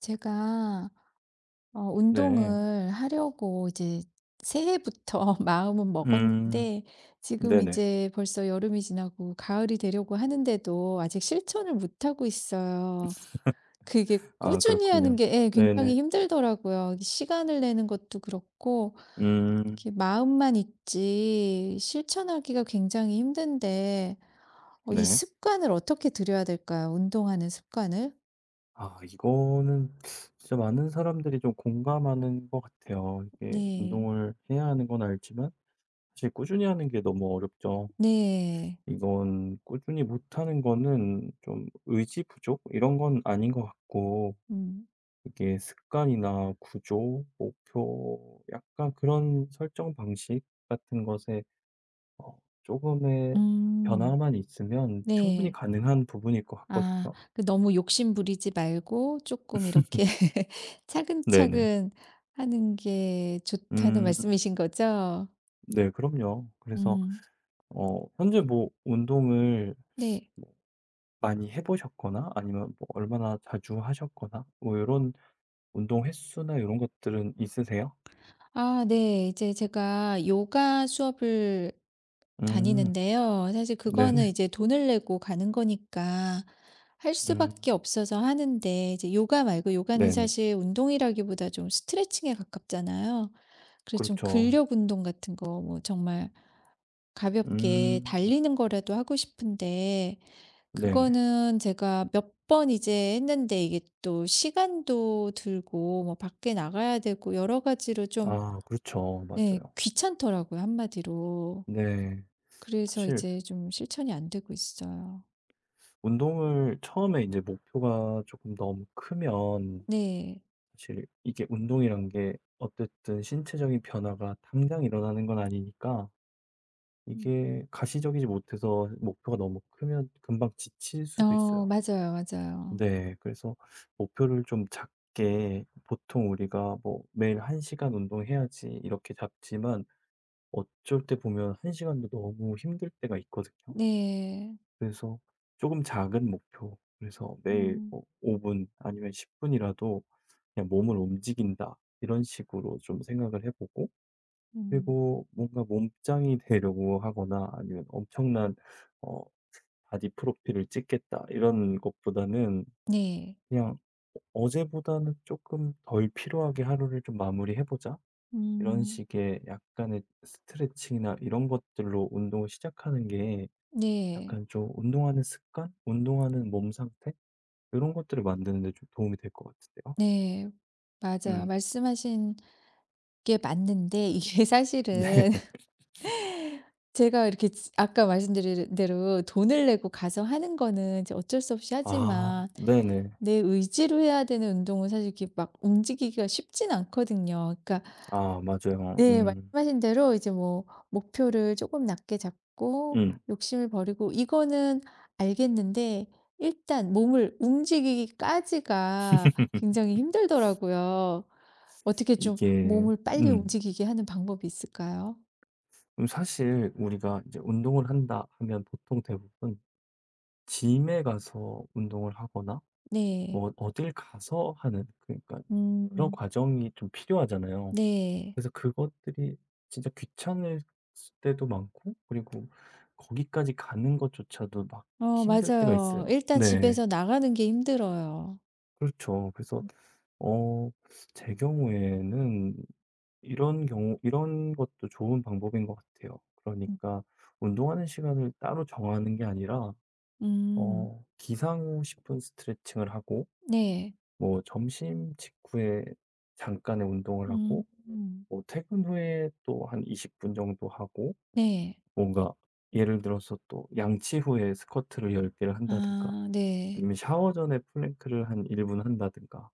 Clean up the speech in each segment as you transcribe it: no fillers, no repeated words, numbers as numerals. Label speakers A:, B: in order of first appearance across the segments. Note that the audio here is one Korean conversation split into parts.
A: 제가
B: 네.
A: 운동을 하려고 이제 새해부터 마음은
B: 음.
A: 먹었는데 지금
B: 네네.
A: 이제 벌써 여름이 지나고 가을이 되려고 하는데도 아직 실천을 못 하고 있어요. 그게
B: 아
A: 꾸준히
B: 그렇군요.
A: 하는 게, 예, 굉장히
B: 네네.
A: 힘들더라고요. 시간을 내는 것도 그렇고
B: 음.
A: 이렇게 마음만 있지 실천하기가 굉장히 힘든데, 이
B: 네.
A: 습관을 어떻게 들여야 될까요? 운동하는 습관을?
B: 아 이거는 진짜 많은 사람들이 좀 공감하는 것 같아요. 이게
A: 네.
B: 운동을 해야 하는 건 알지만 사실 꾸준히 하는 게 너무 어렵죠.
A: 네.
B: 이건 꾸준히 못하는 거는 좀 의지 부족 이런 건 아닌 것 같고
A: 음.
B: 이게 습관이나 구조, 목표 약간 그런 설정 방식 같은 것에 어 조금의
A: 음.
B: 변화만 있으면 충분히
A: 네.
B: 가능한 부분일 것
A: 아,
B: 같거든요.
A: 그 너무 욕심 부리지 말고 조금 이렇게
B: 네네.
A: 차근차근 하는 게 좋다는
B: 음
A: 말씀이신 거죠?
B: 네 그럼요. 그래서
A: 음.
B: 현재 뭐 운동을
A: 네.
B: 뭐 많이 해 보셨거나 아니면 뭐 얼마나 자주 하셨거나 뭐 이런 운동 횟수나 이런 것들은 있으세요?
A: 아, 네. 이제 제가 요가 수업을
B: 음
A: 다니는데요. 사실 그거는
B: 네네.
A: 이제 돈을 내고 가는 거니까 할
B: 음
A: 수밖에 없어서 하는데, 이제 요가 말고, 요가는
B: 네네.
A: 사실 운동이라기보다 좀 스트레칭에 가깝잖아요. 그래서 좀
B: 그렇죠.
A: 근력 운동 같은 거, 뭐 정말 가볍게
B: 음
A: 달리는 거라도 하고 싶은데,
B: 네네.
A: 그거는 제가 몇 번 이제 했는데 이게 또 시간도 들고 뭐 밖에 나가야 되고 여러 가지로 좀,
B: 아 그렇죠.
A: 네,
B: 맞아요.
A: 귀찮더라고요, 한마디로.
B: 네.
A: 그래서
B: 사실
A: 이제 좀 실천이 안 되고 있어요.
B: 운동을 처음에 이제 목표가 조금 너무 크면
A: 네.
B: 사실 이게 운동이란 게 어쨌든 신체적인 변화가 당장 일어나는 건 아니니까
A: 음.
B: 이게 가시적이지 못해서 목표가 너무 크면 금방 지칠 수도
A: 어,
B: 있어요.
A: 맞아요, 맞아요.
B: 네. 그래서 목표를 좀 작게 보통 우리가 뭐 매일 1 시간 운동해야지 이렇게 잡지만 어쩔 때 보면 1 시간도 너무 힘들 때가 있거든요.
A: 네.
B: 그래서 조금 작은 목표, 그래서 매일
A: 음,
B: 뭐 5 분 아니면 10 분이라도 그냥 몸을 움직인다 이런 식으로 좀 생각을 해 보고
A: 음.
B: 그리고 뭔가 몸짱이 되려고 하거나 아니면 엄청난 어 바디 프로필을 찍겠다 이런 것보다는
A: 네.
B: 그냥 '어제보다는 조금 덜 피로하게 하루를 좀 마무리해 보자.' 이런
A: 음,
B: 식의 약간의 스트레칭이나 이런 것들로 운동을 시작하는 게
A: 네.
B: 약간 좀 운동하는 습관? 운동하는 몸 상태? 그런 것들을 만드는 데 좀 도움이 될 것 같은데요.
A: 네. 맞아요.
B: 음.
A: 말씀하신 게 맞는데 이게
B: 네.
A: 사실은 제가 이렇게 지 아까 말씀드린 대로 돈을 내고 가서 하는 거는 이제 어쩔 수 없이
B: 아
A: 하지만,
B: 네네.
A: 내 의지로 해야 되는 운동은 사실 이렇게 막 움직이기가 쉽진 않거든요. 그러니까,
B: 아 맞아요.
A: 네,
B: 음.
A: 말씀하신 대로 이제 뭐 목표를 조금 낮게 잡고
B: 음.
A: 욕심을 버리고, 이거는 알겠는데 일단 몸을 움직이기까지가 굉장히 힘들더라고요. 어떻게 좀
B: 이게
A: 몸을 빨리
B: 음.
A: 움직이게 하는 방법이 있을까요?
B: 그럼 사실 우리가 이제 운동을 한다 하면 보통 대부분 짐에 가서 운동을 하거나
A: 네.
B: 뭐 어딜 가서 하는 그러니까 그런
A: 음.
B: 과정이 좀 필요하잖아요.
A: 네.
B: 그래서 그것들이 진짜 귀찮을 때도 많고 그리고 거기까지 가는 것조차도 막
A: 어,
B: 힘들 때가
A: 맞아요.
B: 있어요.
A: 일단
B: 네.
A: 집에서 나가는 게 힘들어요.
B: 그렇죠. 그래서 어 제 경우에는 이런 경우 이런 것도 좋은 방법인 것 같아요.
A: 음음.
B: 그러니까 운동하는 시간을 따로 정하는 게 아니라
A: 음.
B: 기상 후 10분 스트레칭을 하고
A: 네.
B: 뭐 점심 직후에 잠깐의 운동을 하고
A: 음. 음.
B: 뭐 퇴근 후에 또 한 20분 정도 하고
A: 네.
B: 뭔가 예를 들어서 또 양치 후에 스쿼트를 10 개를 한다든가
A: 아, 네.
B: 아니면 샤워 전에 플랭크를 한 1분 한다든가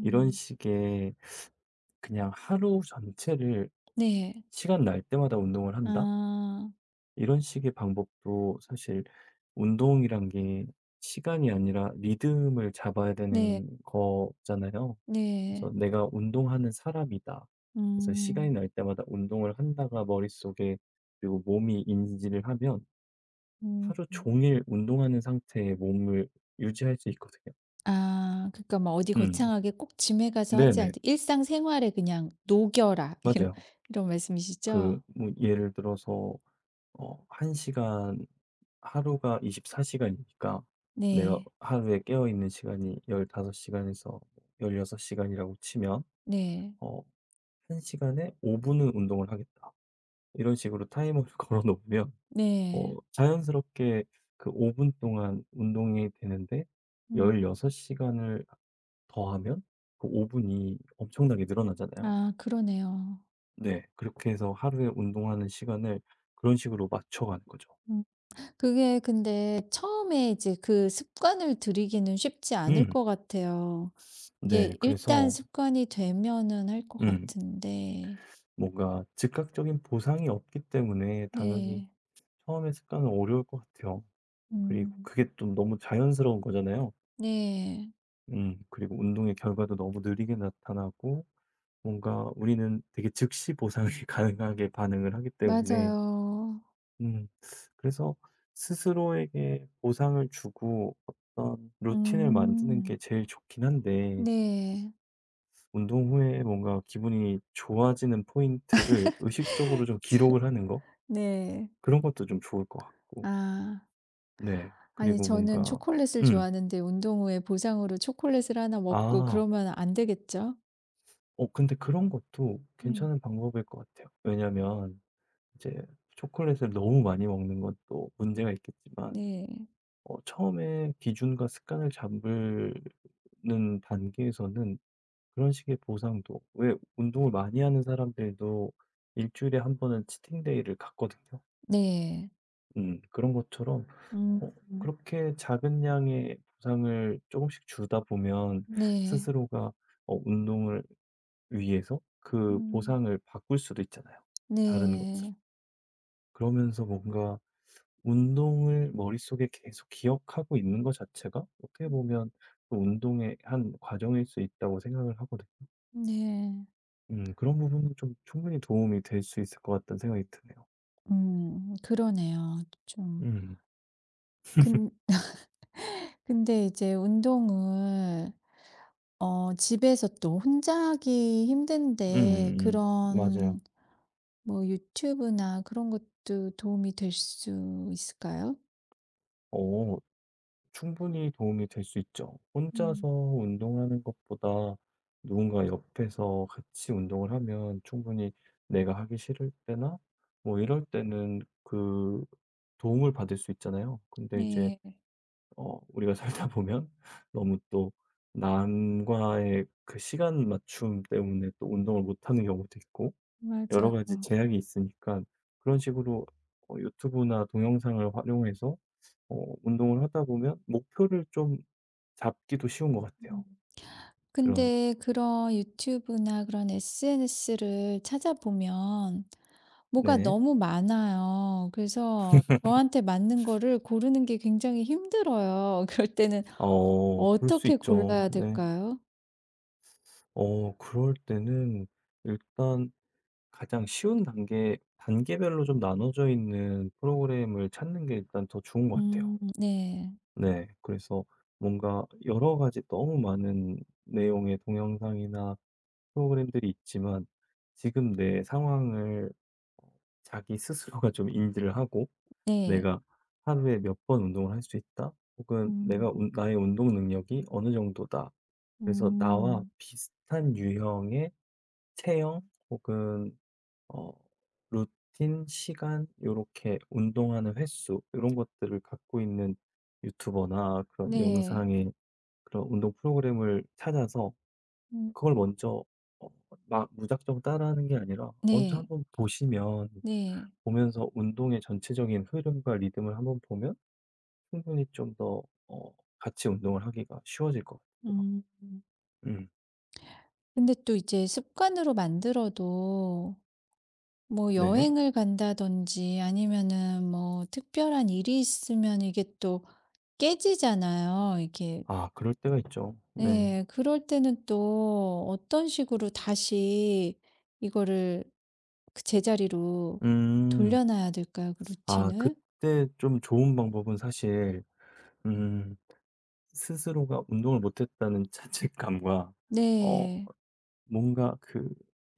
B: 이런 식의 그냥 하루 전체를
A: 네.
B: 시간 날 때마다 운동을 한다?
A: 아.
B: 이런 식의 방법도 사실 운동이란 게 시간이 아니라 리듬을 잡아야
A: 네.
B: 되는 거잖아요. 그래서
A: 네.
B: '내가 운동하는 사람이다.' 그래서 시간이
A: 음.
B: 날 때마다 운동을 한다가 머릿속에 그리고 몸이 인지를 하면
A: 음.
B: 하루 종일 운동하는 상태의 몸을 유지할 수 있거든요.
A: 아, 그러니까 뭐 어디
B: 음.
A: 거창하게 꼭 짐에 가서 하지
B: 네네.
A: 않되 일상생활에 그냥 녹여라
B: 맞아요.
A: 이런 말씀이시죠?
B: 그 뭐 예를 들어서 어 한 시간 하루가 24 시간이니까 내가
A: 네.
B: 하루에 깨어 있는 시간이 15 시간에서 16 시간이라고 치면
A: 네.
B: 어 1 시간에 5 분은 운동을 하겠다. 이런 식으로 타이머를 걸어 놓으면
A: 네.
B: 자연스럽게 그 5분 동안 운동이 되는데
A: 음.
B: 16 시간을 더하면 그 5 분이 엄청나게 늘어나잖아요.
A: 아, 그러네요.
B: 네. 그렇게 해서 하루에 운동하는 시간을 그런 식으로 맞춰 가는 거죠.
A: 음, 그게 근데 처음에 이제 그 습관을 들이기는 쉽지 않을
B: 음.
A: 것 같아요.
B: 네.
A: 이게 일단
B: 그래서
A: 습관이 되면은 할 것
B: 음.
A: 같은데.
B: 뭔가 즉각적인 보상이 없기 때문에 당연히
A: 네.
B: 처음에 습관은 어려울 것 같아요. 그리고
A: 음.
B: 그게 좀 너무 자연스러운 거잖아요.
A: 네.
B: 그리고 운동의 결과도 너무 느리게 나타나고 뭔가 우리는 되게 즉시 보상이 가능하게 반응을 하기 때문에
A: 맞아요.
B: 음 그래서 스스로에게 보상을 주고 어떤 루틴을 만드는 게
A: 음.
B: 제일 좋긴 한데
A: 네.
B: 운동 후에 뭔가 기분이 좋아지는 포인트를 의식적으로 좀 기록을 하는 거?
A: 네.
B: 그런 것도 좀 좋을 것 같고.
A: 아.
B: 네.
A: 아니,
B: 그리고
A: 저는
B: 뭔가
A: 초콜릿을
B: 음.
A: 좋아하는데, 운동 후에 보상으로 초콜릿을 하나 먹고
B: 아.
A: 그러면 안 되겠죠?
B: 근데 그런 것도
A: 네.
B: 괜찮은 방법일 것 같아요. 왜냐면 이제 초콜릿을 너무 많이 먹는 것도 문제가 있겠지만
A: 네.
B: 처음에 기준과 습관을 잡는 단계에서는 그런 식의 보상도 왜 운동을 많이 하는 사람들도 일 주일에 한 번은 치팅 데이를 갖거든요.
A: 네.
B: 음. 그런 것처럼
A: 음.
B: 어 그렇게 작은 양의 보상을 조금씩 주다 보면
A: 네.
B: 스스로가 운동을 위해서 그
A: 음.
B: 보상을 바꿀 수도 있잖아요, 다른 것으로.
A: 네.
B: 그러면서 뭔가 운동을 머릿속에 계속 기억하고 있는 것 자체가 어떻게
A: 음.
B: 보면 그 운동의 한 과정일 수 있다고 생각을 하거든요.
A: 네.
B: 그런 부분은 좀 충분히 도움이 될 수 있을 것 같다는 생각이 드네요.
A: 음, 그러네요. 좀
B: 음.
A: 근 근데 이제 운동을 집에서 또 혼자 하기 힘든데,
B: 음음 맞아요.
A: 그런 뭐 유튜브나 그런 것도 도움이 될 수 있을까요?
B: 어. 충분히 도움이 될 수 있죠. 혼자서
A: 음.
B: 운동하는 것보다 누군가 옆에서 같이 운동을 하면 충분히 내가 하기 싫을 때나 뭐 이럴 때는 그 도움을 받을 수 있잖아요. 근데 이제
A: 네.
B: 우리가 살다 보면 너무 또 남과의 그 시간 맞춤 때문에 또 운동을 못 하는 경우도 있고 여러
A: 맞아요.
B: 가지 제약이 있으니까 그런 식으로 유튜브나 동영상을 활용해서 운동을 하다 보면 목표를 좀 잡기도 쉬운 것 같아요.
A: 음.
B: 그런
A: 근데 그런 유튜브나 그런 SNS를 찾아보면 뭐가
B: 네.
A: 너무 많아요. 그래서 저한테 맞는 거를 고르는 게 굉장히 힘들어요. 그럴 때는
B: 그럴 수
A: 어떻게
B: 있죠.
A: 골라야
B: 네.
A: 될까요?
B: 그럴 때는 일단 가장 쉬운 단계별로 좀 나눠져 있는 프로그램을 찾는 게 일단 더 좋은 것 같아요.
A: 음, 네.
B: 네. 그래서 뭔가 여러 가지 너무 많은 내용의 동영상이나 프로그램들이 있지만 지금 내 상황을 어 자기 스스로가 좀 인지를 하고
A: 네.
B: '내가 하루에 몇 번 운동을 할 수 있다.' 혹은 '내가
A: 음.
B: 운 나의 운동 능력이 어느 정도다.' 그래서 나와
A: 음.
B: 비슷한 유형의 체형 혹은 어 루틴, 시간 요렇게 운동하는 횟수 이런 것들을 갖고 있는 유튜버나 그런
A: 네.
B: 영상의 그런 운동 프로그램을 찾아서
A: 음,
B: 그걸 먼저 어 막 무작정 따라하는 게 아니라 먼저
A: 네.
B: 한번 보시면
A: 네.
B: 보면서 운동의 전체적인 흐름과 리듬을 한번 보면 충분히 좀 더 어 같이 운동을 하기가 쉬워질 것 같아요.
A: 음.
B: 음
A: 근데 또 이제 습관으로 만들어도 뭐
B: 네.
A: 여행을 간다든지 아니면은 뭐 특별한 일이 있으면 이게 또 깨지잖아요. 이게,
B: 아 그럴 때가 있죠. 네.
A: 네, 그럴 때는 또 어떤 식으로 다시 이거를 그 제자리로
B: 음.
A: 돌려놔야 될까요? 그
B: 아
A: 루틴을?
B: 그때 좀 좋은 방법은 사실 음 스스로가 운동을 못 했다는 자책감과 어
A: 네.
B: 뭔가 그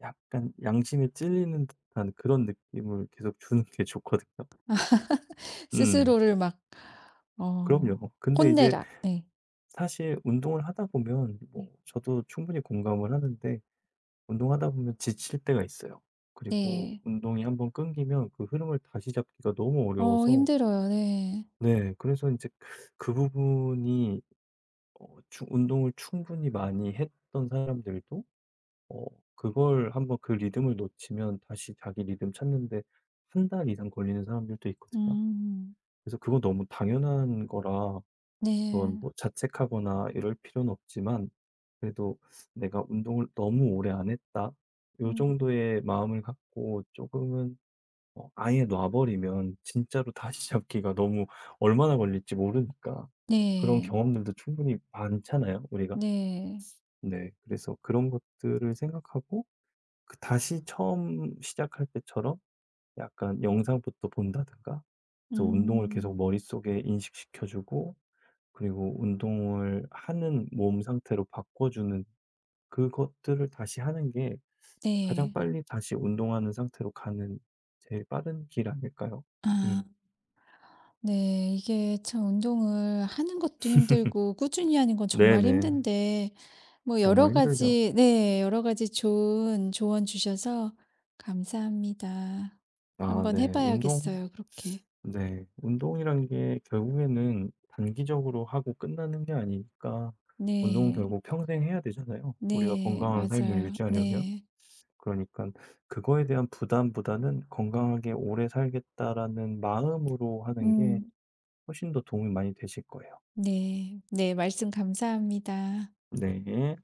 B: 약간 양심에 찔리는 듯한 그런 느낌을 계속 주는 게 좋거든요. 음.
A: 스스로를 막,
B: 그럼요.
A: 어,
B: 근데 이제
A: "혼내라." 네.
B: 사실 운동을 하다 보면
A: 네.
B: 뭐 저도 충분히 공감을 하는데 운동하다 보면 지칠 때가 있어요. 그리고
A: 네.
B: 운동이 한번 끊기면 그 흐름을 다시 잡기가 너무
A: 어,
B: 어려워서
A: 힘들어요. 네.
B: 네 그래서 이제 그 부분이 어 추 운동을 충분히 많이 했던 사람들도 어 그걸 한번 그 리듬을 놓치면 다시 자기 리듬 찾는데 한 달 이상 걸리는 사람들도 있거든요.
A: 음.
B: 그래서 그건 너무 당연한 거라 그건
A: 네.
B: 뭐 자책하거나 이럴 필요는 없지만 그래도 '내가 운동을 너무 오래 안 했다.' 요
A: 음.
B: 정도의 마음을 갖고 조금은 아예 놔 버리면 진짜로 다시 잡기가 너무 얼마나 걸릴지 모르니까. 그런
A: 네.
B: 경험들도 충분히 많잖아요, 우리가.
A: 네.
B: 네. 그래서 그런 것들을 생각하고 그 다시 처음 시작할 때처럼 약간 영상부터 본다든가 그래서 운동을 계속
A: 음.
B: 머릿속에 인식시켜 주고 그리고 운동을 하는 몸 상태로 바꿔 주는 그것들을 다시 하는 게 가장
A: 네.
B: 빨리 다시 운동하는 상태로 가는 제일 빠른 길 아닐까요?
A: 아.
B: 음.
A: 네. 이게 참 운동을 하는 것도 힘들고 꾸준히 하는 건 정말
B: 네네.
A: 힘든데 뭐
B: 정말
A: 여러
B: 힘들죠.
A: 가지, 네, 여러 가지 좋은 조언 주셔서 감사합니다.
B: 아
A: 한번 해
B: 네. 운동
A: 봐야겠어요, 그렇게.
B: 네. 운동이란 게 결국에는 단기적으로 하고 끝나는 게 아니니까 운동은
A: 네.
B: 결국 평생 해야 되잖아요, 우리가
A: 네.
B: 건강한 삶을
A: 맞아요.
B: 유지하려면.
A: 네.
B: 그러니까 그거에 대한 부담보다는 '건강하게 오래 살겠다.'라는 마음으로 하는 게
A: 음.
B: 훨씬 더 도움이 많이 되실 거예요.
A: 네. 네. 말씀 감사합니다.
B: 네.